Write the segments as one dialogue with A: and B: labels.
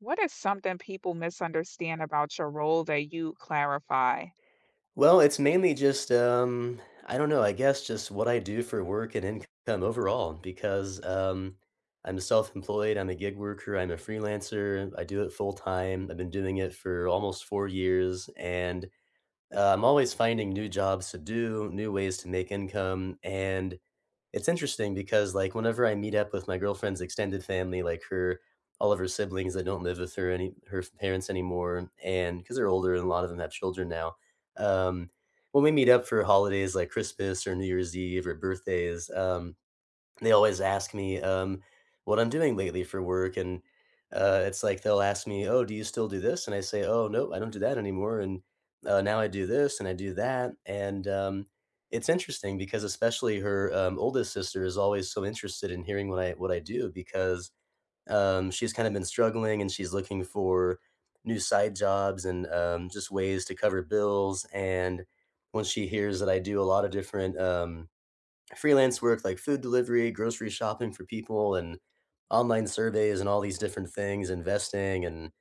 A: What is something people misunderstand about your role that you clarify?
B: Well, it's mainly just, I don't know, I guess just what I do for work and income overall because, I'm self-employed, I'm a gig worker, I'm a freelancer, I do it full time. I've been doing it for almost 4 years and, I'm always finding new jobs to do, new ways to make income, and it's interesting because, like, whenever I meet up with my girlfriend's extended family, like her all of her siblings that don't live with her parents anymore, and because 'cause they're older and a lot of them have children now, um, when we meet up for holidays like Christmas or New Year's Eve or birthdays, they always ask me, what I'm doing lately for work, and, it's like they'll ask me, "Oh, do you still do this?" And I say, "Oh, no, I don't do that anymore, and, now I do this, and I do that," it's interesting because especially her, oldest sister is always so interested in hearing what I do because, she's kinda been struggling, and she's looking for new side jobs and, just ways to cover bills, and when she hears that I do a lot of different, freelance work like food delivery, grocery shopping for people, and online surveys and all these different things, investing and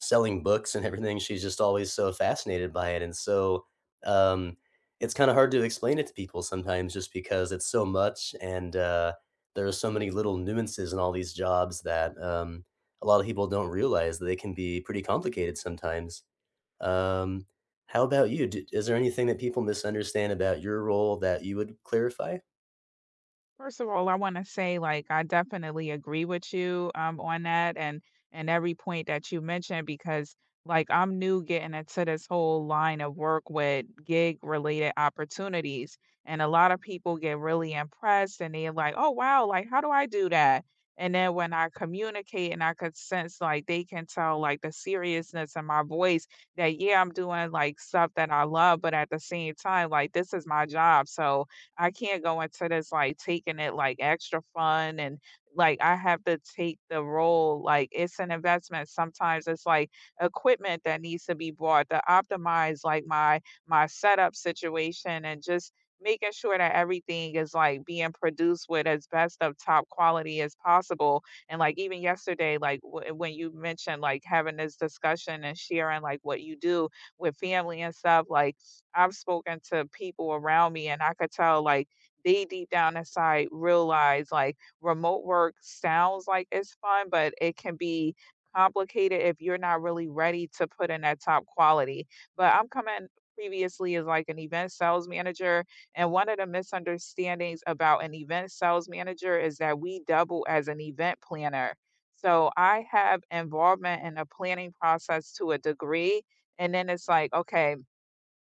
B: selling books and everything. She's just always so fascinated by it. And so um, it's kind of hard to explain it to people sometimes just because it's so much and there are so many little nuances in all these jobs that a lot of people don't realize that they can be pretty complicated sometimes. Um, how about you? D is there anything that people misunderstand about your role that you would clarify?
A: First of all, I wanna say, like, I definitely agree with you, on that and every point that you mentioned because, like, I'm new getting into this whole line of work with gig-related opportunities, and a lot of people get really impressed, and they're like, "Oh, wow, like, how do I do that?" And then when I communicate and I could sense, like, they can tell, like, the seriousness in my voice that, yeah, I'm doing, like, stuff that I love, but at the same time, like, this is my job, so I can't go into this like taking it like extra fun and like I have to take the role like it's an investment. Sometimes it's like equipment that needs to be bought to optimize like my setup situation and just making sure that everything is like being produced with as best of top quality as possible, and like even yesterday, like when you mentioned like having this discussion and sharing like what you do with family and stuff like I've spoken to people around me and I could tell like they deep down inside realize like remote work sounds like it's fun, but it can be complicated if you're not really ready to put in that top quality. But I'm coming previously as like an event sales manager, and one of the misunderstandings about an event sales manager is that we double as an event planner. So I have involvement in the planning process to a degree. And then it's like, okay,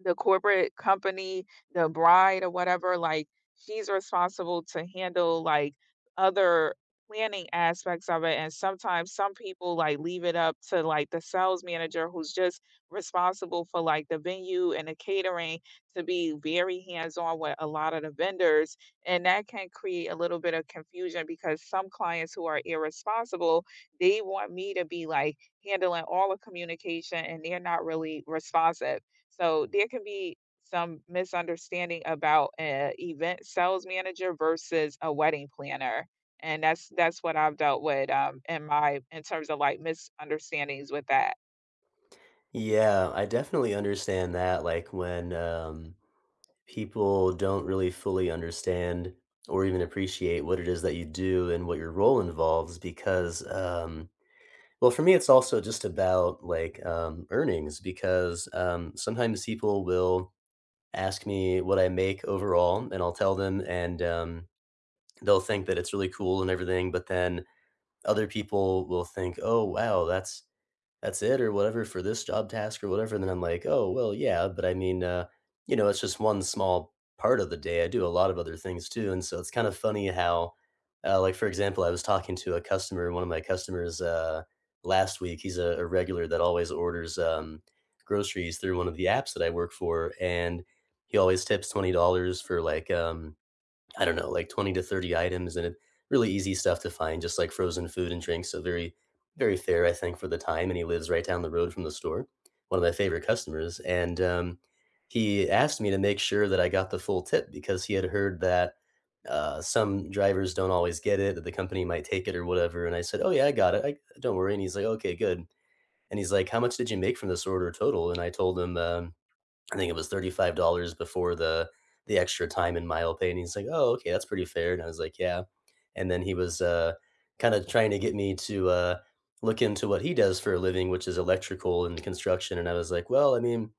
A: the corporate company, the bride or whatever, like she's responsible to handle like other planning aspects of it. And sometimes some people like leave it up to like the sales manager who's just responsible for like the venue and the catering to be very hands-on with a lot of the vendors. And that can create a little bit of confusion because some clients who are irresponsible, they want me to be like handling all the communication and they're not really responsive. So there can be some misunderstanding about an event sales manager versus a wedding planner. And that's what I've dealt with, in my in terms of like misunderstandings with that.
B: Yeah, I definitely understand that, like, when, people don't really fully understand or even appreciate what it is that you do and what your role involves because, um, well, for me, it's also just about, like, earnings because, sometimes people will ask me what I make overall, and I'll tell them, and, they'll think that it's really cool and everything, but then other people will think, "Oh, wow. That's it," or whatever for this job task or whatever, and then I'm like, "Oh, well, yeah, but I mean, you know, it's just one small part of the day. I do a lot of other things too." And so it's kind of funny how, like for example, I was talking to a customer, one of my customers last week. He's a regular that always orders groceries through one of the apps that I work for, and he always tips $20 for like I don't know, like 20 to 30 items and it really easy stuff to find, just like frozen food and drinks. So very, very fair, I think, for the time. And he lives right down the road from the store, one of my favorite customers. And he asked me to make sure that I got the full tip because he had heard that some drivers don't always get it, that the company might take it or whatever. And I said, "Oh, yeah, I got it. I, don't worry." And he's like, "Okay, good." And he's like, "How much did you make from this order total?" And I told him, I think it was $35 before the extra time and mile pay, and he's like, "Oh, okay, that's pretty fair." And I was like, "Yeah." And then he was, kinda trying to get me to, look into what he does for a living, which is electrical and construction, and I was like, "Well, I mean,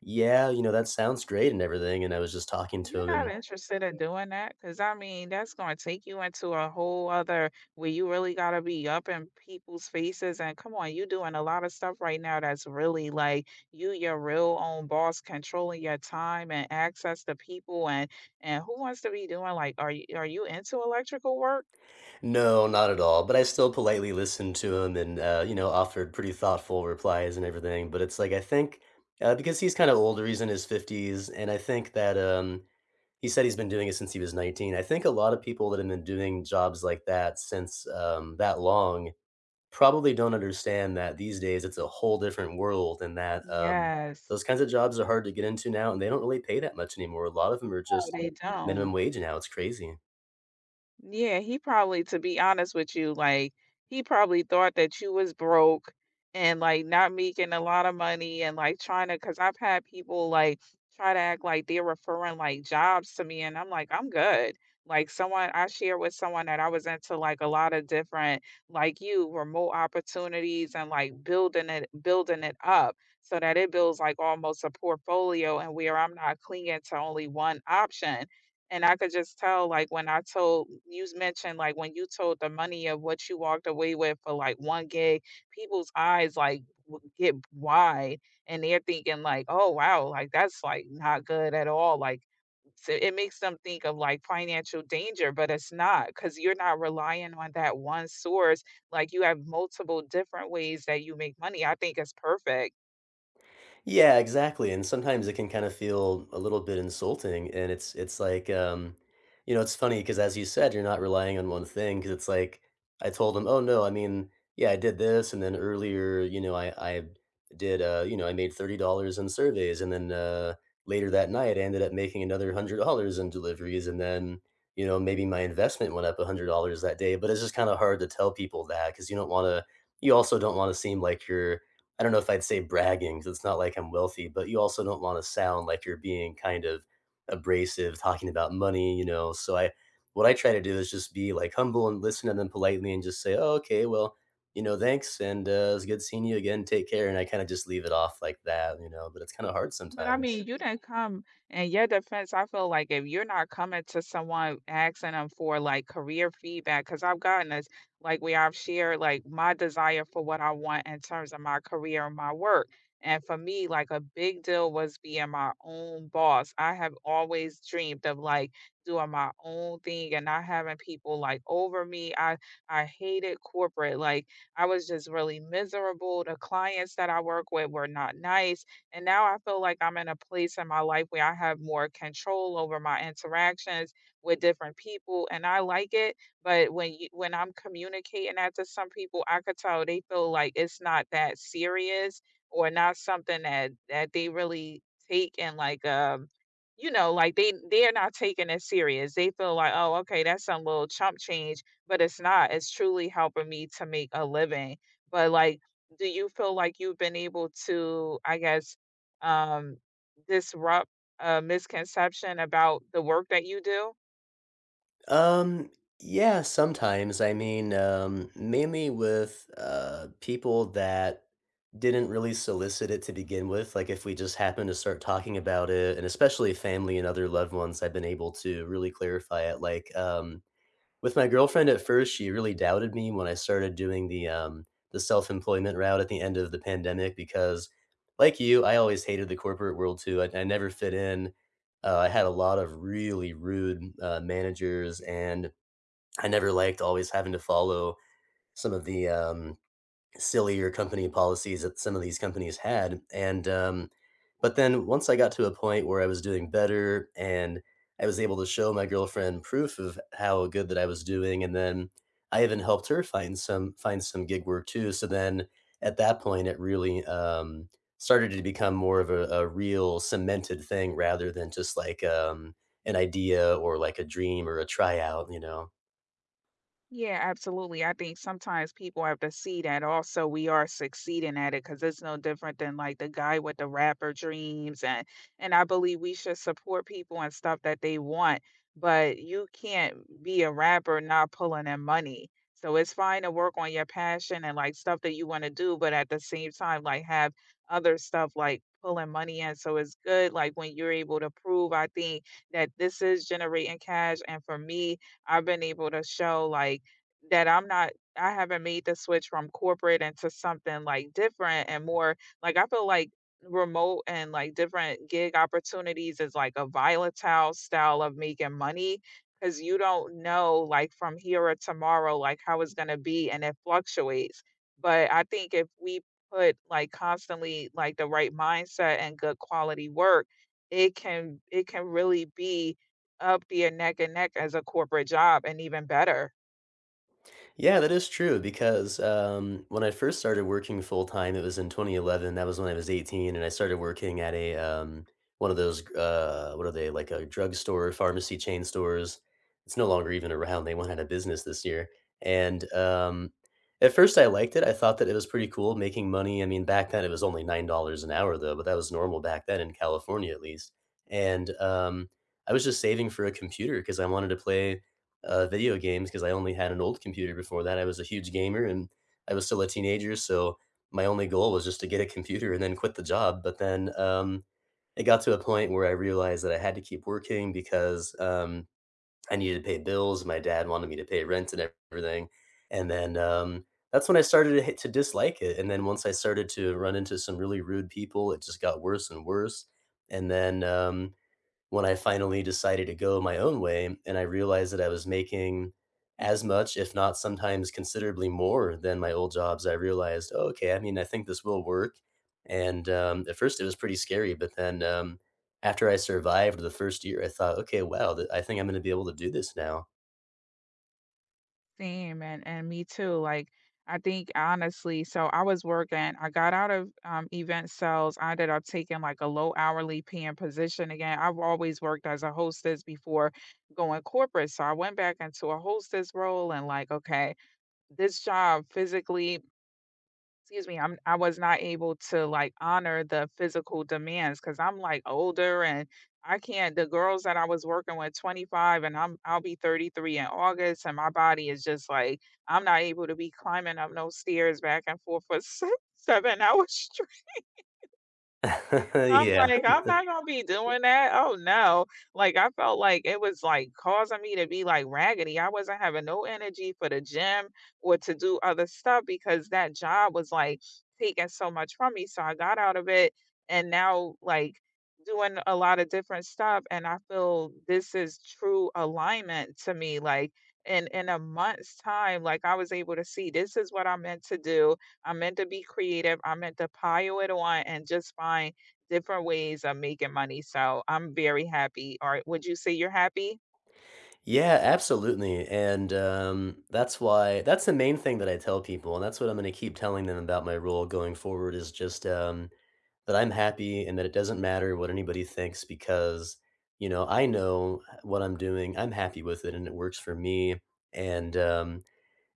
B: yeah, you know, that sounds great and everything," and I was just talking to
A: You're
B: him
A: not
B: and
A: interested in doing that, cause I mean, that's gonna take you into a whole other where you really gotta be up in people's faces. And come on, you doing a lot of stuff right now that's really like you, your real own boss, controlling your time and access to people. And who wants to be doing like, are you into electrical work?
B: no, not at all, but I still politely listened to him and, you know, offered pretty thoughtful replies and everything, but it's like, I think, because he's kinda older, he's in his 50s, and I think that, he said he's been doing it since he was 19. I think a lot of people that have been doing jobs like that since, that long probably don't understand that these days it's a whole different world and that,
A: Yes,
B: those kinds of jobs are hard to get into now, and they don't really pay that much anymore. A lot of them are
A: but
B: just
A: they
B: minimum
A: don't.
B: wage now, it's crazy.
A: Yeah, he probably to be honest with you, like, he probably thought that you was broke and, like, not making a lot of money and, like, trying to. Because 'cause I've had people, like, try to act like they're referring, like, jobs to me, and I'm like, "I'm good." Like, someone I shared with someone that I was into, like, a lot of different, like you, remote opportunities and, like, building it up so that it builds, like, almost a portfolio and where I'm not clinging to only one option. And I could just tell, like, when I told you mentioned, like, when you told the money of what you walked away with for like one gig, people's eyes like get wide and they're thinking, like, oh, wow, like that's like not good at all. Like, so it makes them think of like financial danger, but it's not because you're not relying on that one source. Like, you have multiple different ways that you make money. I think it's perfect.
B: Yeah, exactly, and sometimes it can kind of feel a little bit insulting, and it's like, you know, it's funny because as you said, you're not relying on one thing because it's like, I told him, "Oh, no, I mean, yeah, I did this, and then earlier, you know, I did, you know, I made $30 in surveys, and then, later that night, I ended up making another $100 in deliveries, and then, you know, maybe my investment went up $100 that day," but it's just kinda hard to tell people that because you also don't wanna seem like you're, I don't know if I'd say bragging because it's not like I'm wealthy, but you also don't want to sound like you're being kind of abrasive talking about money, you know. So I what I try to do is just be like humble and listen to them politely and just say, "Oh, okay, well, you know, thanks. And it was good seeing you again. Take care." And I kind of just leave it off like that, you know, but it's kind of hard
A: But I
B: sometimes.
A: mean, you didn't come in your defense. I feel like if you're not coming to someone asking them for like career feedback, because I've gotten this, like we I've shared like my desire for what I want in terms of my career and my work. And for me, like a big deal was being my own boss. I have always dreamed of like doing my own thing and not having people like over me. I hated corporate. Like I was just really miserable. The clients that I work with were not nice, and now I feel like I'm in a place in my life where I have more control over my interactions with different people and I like it, but when I'm communicating that to some people, I could tell they feel like it's not that serious or not something that they really take, and like like they're not taking it serious. They feel like, oh, okay, that's some little chump change, but it's not. It's truly helping me to make a living. But like, do you feel like you've been able to, I guess, um, disrupt a misconception about the work that you do?
B: Um, yeah, sometimes. I mean, mainly with people that didn't really solicit it to begin with. Like if we just happen to start talking about it, and especially family and other loved ones, I've been able to really clarify it. Like, with my girlfriend at first, she really doubted me when I started doing the self-employment route at the end of the pandemic because like you, I always hated the corporate world too. I never fit in. I had a lot of really rude managers, and I never liked always having to follow some of the sillier company policies that some of these companies had. And, but then once I got to a point where I was doing better and I was able to show my girlfriend proof of how good that I was doing, and then I even helped her find some gig work too. So then at that point, it really started to become more of a real cemented thing rather than just like an idea or like a dream or a tryout, you know.
A: Yeah, absolutely. I think sometimes people have to see that also we are succeeding at it because it's no different than like the guy with the rapper dreams, and I believe we should support people and stuff that they want, but you can't be a rapper not pulling in money. So it's fine to work on your passion and like stuff that you want to do, but at the same time, like have other stuff like pulling money in. So it's good like when you're able to prove, I think, that this is generating cash. And for me, I've been able to show like that I haven't made the switch from corporate into something, like, different and more like, I feel like remote and, like, different gig opportunities is like a volatile style of making money because you don't know, like, from here or tomorrow, like, how it's gonna be, and it fluctuates. But I think if we put, like, constantly, like, the right mindset and good quality work, it can really be up there neck and neck as a corporate job and even better.
B: Yeah, that is true because when I first started working full time, it was in 2011. That was when I was 18, and I started working at a one of those what are they like a drugstore, pharmacy chain stores. It's no longer even around. They went out of business this year. And at first, I liked it. I thought that it was pretty cool making money. I mean, back then it was only $9 an hour though, but that was normal back then in California at least. And I was just saving for a computer because I wanted to play video games because I only had an old computer before that. I was a huge gamer and I was still a teenager, so my only goal was just to get a computer and then quit the job. But then it got to a point where I realized that I had to keep working because I needed to pay bills. My dad wanted me to pay rent and everything, and then that's when I started to, to dislike it. And then once I started to run into some really rude people, it just got worse and worse. And then when I finally decided to go my own way and I realized that I was making as much, if not sometimes considerably more than my old jobs, I realized, "Oh, okay, I mean, I think this will work." And at first, it was pretty scary. But then after I survived the first year, I thought, "Okay, wow, I think I'm going to be able to do this now."
A: Same, and me too. Like, I think honestly, so I was working, I got out of event sales. I ended up taking like a low hourly paying position again. I've always worked as a hostess before going corporate. So I went back into a hostess role and like, okay, this job physically, excuse me, I was not able to like honor the physical demands because I'm like older, and I can't the girls that I was working with 25, and I'll be 33 in August, and my body is just like I'm not able to be climbing up no stairs back and forth for 6, 7 hours. I'm
B: Yeah.
A: like, I'm not gonna be doing that. Oh no. Like I felt like it was like causing me to be like raggedy. I wasn't having no energy for the gym or to do other stuff because that job was like taking so much from me. So I got out of it, and now like doing a lot of different stuff, and I feel this is true alignment to me. Like in a month's time, like I was able to see this is what I'm meant to do. I'm meant to be creative. I'm meant to pile it on and just find different ways of making money. So I'm very happy. Or would you say you're happy?
B: Yeah, absolutely. And that's why that's the main thing that I tell people, and that's what I'm going to keep telling them about my role going forward is just that I'm happy and that it doesn't matter what anybody thinks because, you know, I know what I'm doing. I'm happy with it and it works for me. And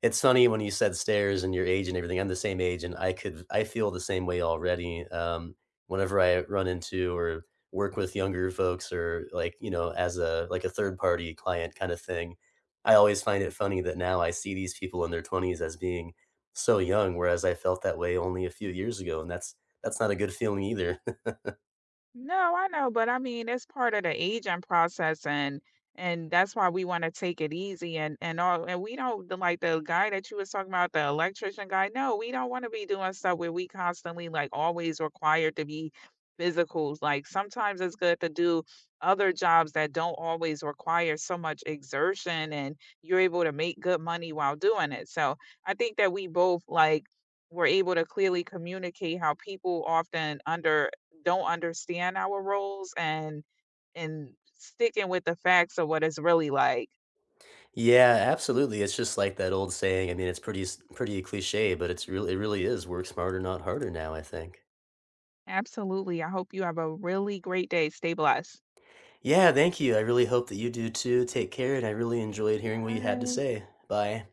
B: it's funny when you said stairs and your age and everything. I'm the same age, and I feel the same way already. Whenever I run into or work with younger folks, or like you know, as a like a third party client kind of thing, I always find it funny that now I see these people in their 20s as being so young, whereas I felt that way only a few years ago, and that's not a good feeling either.
A: No, I know, but I mean, it's part of the aging process, and that's why we want to take it easy, and all, and we don't like the guy that you was talking about, the electrician guy. No, we don't want to be doing stuff where we constantly like always required to be physicals. Like sometimes it's good to do other jobs that don't always require so much exertion and you're able to make good money while doing it. So I think that we both like were able to clearly communicate how people often under don't understand our roles, and sticking with the facts of what it's really like.
B: Yeah, absolutely. It's just like that old saying. I mean, pretty cliche, but it really is work smarter, not harder now, I think.
A: Absolutely. I hope you have a really great day. Stay blessed.
B: Yeah, thank you. I really hope that you do too. Take care, and I really enjoyed hearing what you had to
A: Bye.
B: say. Bye.